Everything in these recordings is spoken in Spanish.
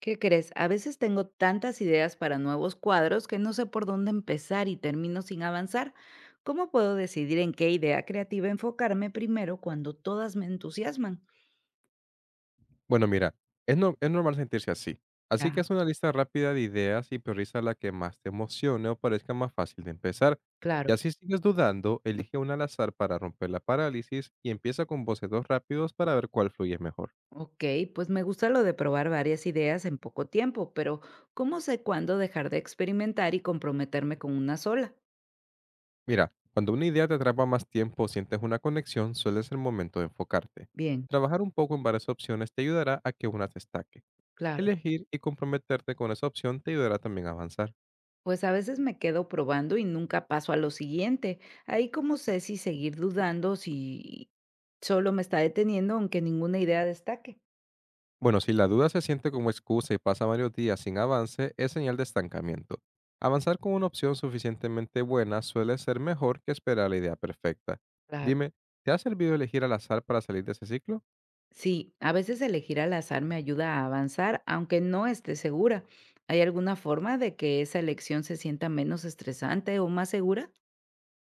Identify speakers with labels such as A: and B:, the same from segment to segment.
A: ¿Qué crees? A veces tengo tantas ideas para nuevos cuadros que no sé por dónde empezar y termino sin avanzar. ¿Cómo puedo decidir en qué idea creativa enfocarme primero cuando todas me entusiasman?
B: Bueno, mira, es, es normal sentirse así. Así que
A: Ya,
B: haz una lista rápida de ideas y prioriza la que más te emocione o parezca más fácil de empezar. Y
A: claro.
B: así sigues dudando, elige una al azar para romper la parálisis y empieza con bocetos rápidos para ver cuál fluye mejor.
A: Ok, pues me gusta lo de probar varias ideas en poco tiempo, pero ¿cómo sé cuándo dejar de experimentar y comprometerme con una sola?
B: Mira, cuando una idea te atrapa más tiempo o sientes una conexión, suele ser el momento de enfocarte.
A: Bien,
B: Trabajar un poco en varias opciones te ayudará a que una te destaque.
A: claro.
B: Elegir y comprometerte con esa opción te ayudará también a avanzar.
A: Pues a veces me quedo probando y nunca paso a lo siguiente. Ahí como sé si seguir dudando, si solo me está deteniendo, aunque ninguna idea destaque.
B: Bueno, si la duda se siente como excusa y pasa varios días sin avance, es señal de estancamiento. Avanzar con una opción suficientemente buena suele ser mejor que esperar la idea perfecta.
A: Claro.
B: Dime, ¿te ha servido elegir al azar para salir de ese ciclo?
A: Sí, a veces elegir al azar me ayuda a avanzar, aunque no esté segura. ¿Hay alguna forma de que esa elección se sienta menos estresante o más segura?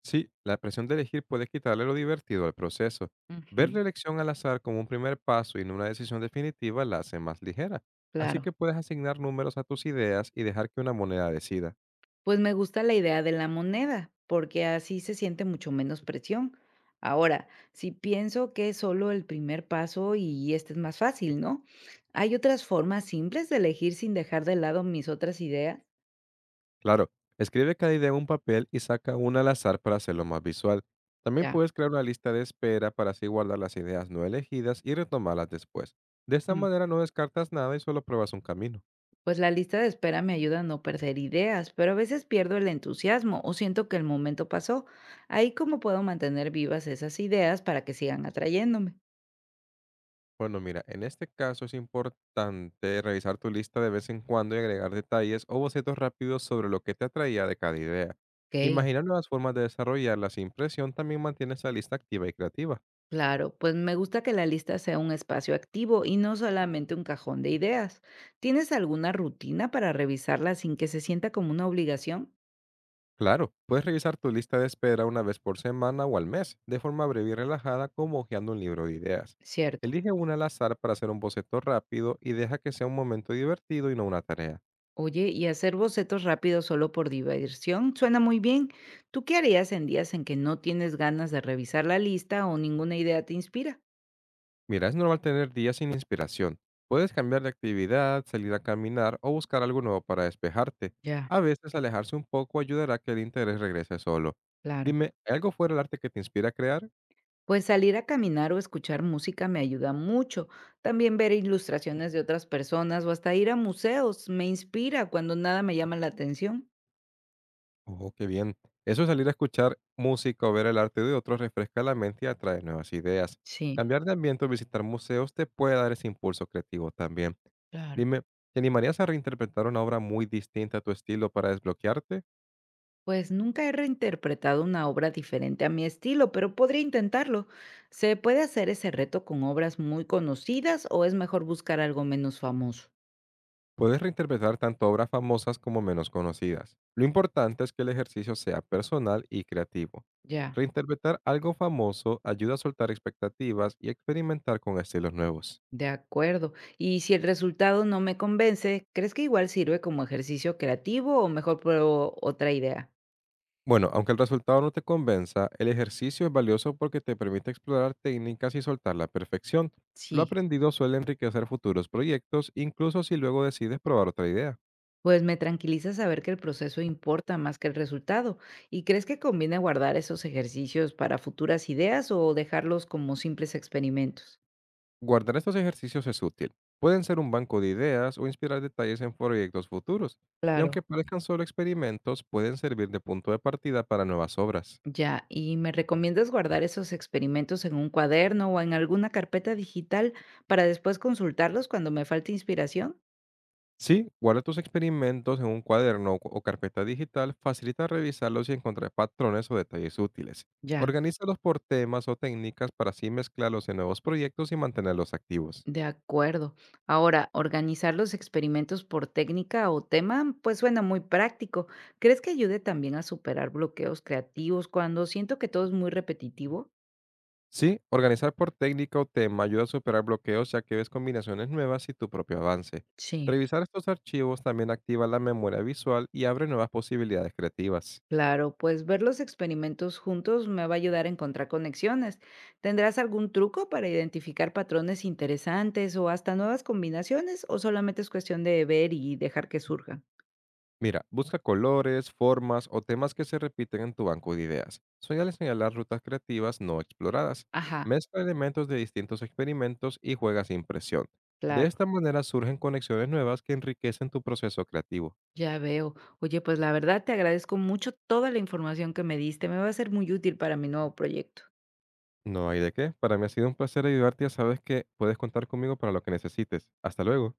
B: Sí, la presión de elegir puede quitarle lo divertido al proceso. Ver
A: Ujú,
B: la elección al azar como un primer paso y no una decisión definitiva la hace más ligera. Así
A: claro.
B: que puedes asignar números a tus ideas y dejar que una moneda decida.
A: Pues me gusta la idea de la moneda, porque así se siente mucho menos presión. Ahora, si pienso que es solo el primer paso y este es más fácil, ¿no? ¿Hay otras formas simples de elegir sin dejar de lado mis otras ideas?
B: Claro, escribe cada idea en un papel y saca una al azar para hacerlo más visual. También
A: Ya.
B: puedes crear una lista de espera para así guardar las ideas no elegidas y retomarlas después. De esta
A: Mm,
B: manera no descartas nada y solo pruebas un camino.
A: Pues la lista de espera me ayuda a no perder ideas, pero a veces pierdo el entusiasmo o siento que el momento pasó. Ahí cómo puedo mantener vivas esas ideas para que sigan atrayéndome.
B: Bueno, mira, en este caso es importante revisar tu lista de vez en cuando y agregar detalles o bocetos rápidos sobre lo que te atraía de cada idea.
A: Ok.
B: Imaginar nuevas formas de desarrollarla sin presión también mantiene esa lista activa y creativa.
A: Claro, pues me gusta que la lista sea un espacio activo y no solamente un cajón de ideas. ¿Tienes alguna rutina para revisarla sin que se sienta como una obligación?
B: Claro, puedes revisar tu lista de espera una vez por semana o al mes, de forma breve y relajada como hojeando un libro de ideas.
A: Cierto.
B: Elige una al azar para hacer un boceto rápido y deja que sea un momento divertido y no una tarea.
A: Oye, y hacer bocetos rápidos solo por diversión suena muy bien. ¿Tú qué harías en días en que no tienes ganas de revisar la lista o ninguna idea te inspira?
B: Mira, es normal tener días sin inspiración. Puedes cambiar de actividad, salir a caminar o buscar algo nuevo para despejarte.
A: Ya,
B: A veces alejarse un poco ayudará a que el interés regrese solo.
A: claro.
B: Dime, ¿hay algo fuera del arte que te inspira a crear?
A: Pues salir a caminar o escuchar música me ayuda mucho. También ver ilustraciones de otras personas o hasta ir a museos me inspira cuando nada me llama la atención.
B: Oh, qué bien. Eso salir a escuchar música o ver el arte de otros refresca la mente y atrae nuevas ideas.
A: Sí.
B: Cambiar de ambiente o visitar museos te puede dar ese impulso creativo también.
A: Claro.
B: Dime, ¿te animarías a reinterpretar una obra muy distinta a tu estilo para desbloquearte?
A: Pues nunca he reinterpretado una obra diferente a mi estilo, pero podría intentarlo. ¿Se puede hacer ese reto con obras muy conocidas o es mejor buscar algo menos famoso?
B: Puedes reinterpretar tanto obras famosas como menos conocidas. Lo importante es que el ejercicio sea personal y creativo.
A: Ya.
B: Reinterpretar algo famoso ayuda a soltar expectativas y experimentar con estilos nuevos.
A: De acuerdo. Y si el resultado no me convence, ¿crees que igual sirve como ejercicio creativo o mejor pruebo otra idea?
B: Bueno, aunque el resultado no te convenza, el ejercicio es valioso porque te permite explorar técnicas y soltar la perfección. Lo
A: Sí.
B: aprendido suele enriquecer futuros proyectos, incluso si luego decides probar otra idea.
A: Pues me tranquiliza saber que el proceso importa más que el resultado. ¿Y crees que conviene guardar esos ejercicios para futuras ideas o dejarlos como simples experimentos?
B: Guardar estos ejercicios es útil. Pueden ser un banco de ideas o inspirar detalles en proyectos futuros. Y
A: Claro,
B: aunque parezcan solo experimentos, pueden servir de punto de partida para nuevas obras.
A: ya. ¿Y me recomiendas guardar esos experimentos en un cuaderno o en alguna carpeta digital para después consultarlos cuando me falte inspiración?
B: Sí, guarda tus experimentos en un cuaderno o carpeta digital, facilita revisarlos y encontrar patrones o detalles útiles.
A: Ya,
B: Organízalos por temas o técnicas para así mezclarlos en nuevos proyectos y mantenerlos activos.
A: de acuerdo. Ahora, organizar los experimentos por técnica o tema, pues suena muy práctico. ¿Crees que ayude también a superar bloqueos creativos cuando siento que todo es muy repetitivo?
B: Sí, organizar por técnica o tema ayuda a superar bloqueos ya que ves combinaciones nuevas y tu propio avance.
A: Sí.
B: Revisar estos archivos también activa la memoria visual y abre nuevas posibilidades creativas.
A: Claro, pues ver los experimentos juntos me va a ayudar a encontrar conexiones. ¿Tendrás algún truco para identificar patrones interesantes o hasta nuevas combinaciones o solamente es cuestión de ver y dejar que surjan?
B: Mira, busca colores, formas o temas que se repiten en tu banco de ideas. Suele señalar rutas creativas no exploradas.
A: Ajá,
B: Mezcla elementos de distintos experimentos y juega sin presión. De
A: claro,
B: esta manera surgen conexiones nuevas que enriquecen tu proceso creativo.
A: ya veo. Oye, pues la verdad te agradezco mucho toda la información que me diste, me va a ser muy útil para mi nuevo proyecto.
B: No hay de qué. Para mí ha sido un placer ayudarte. Ya sabes que puedes contar conmigo para lo que necesites. Hasta luego.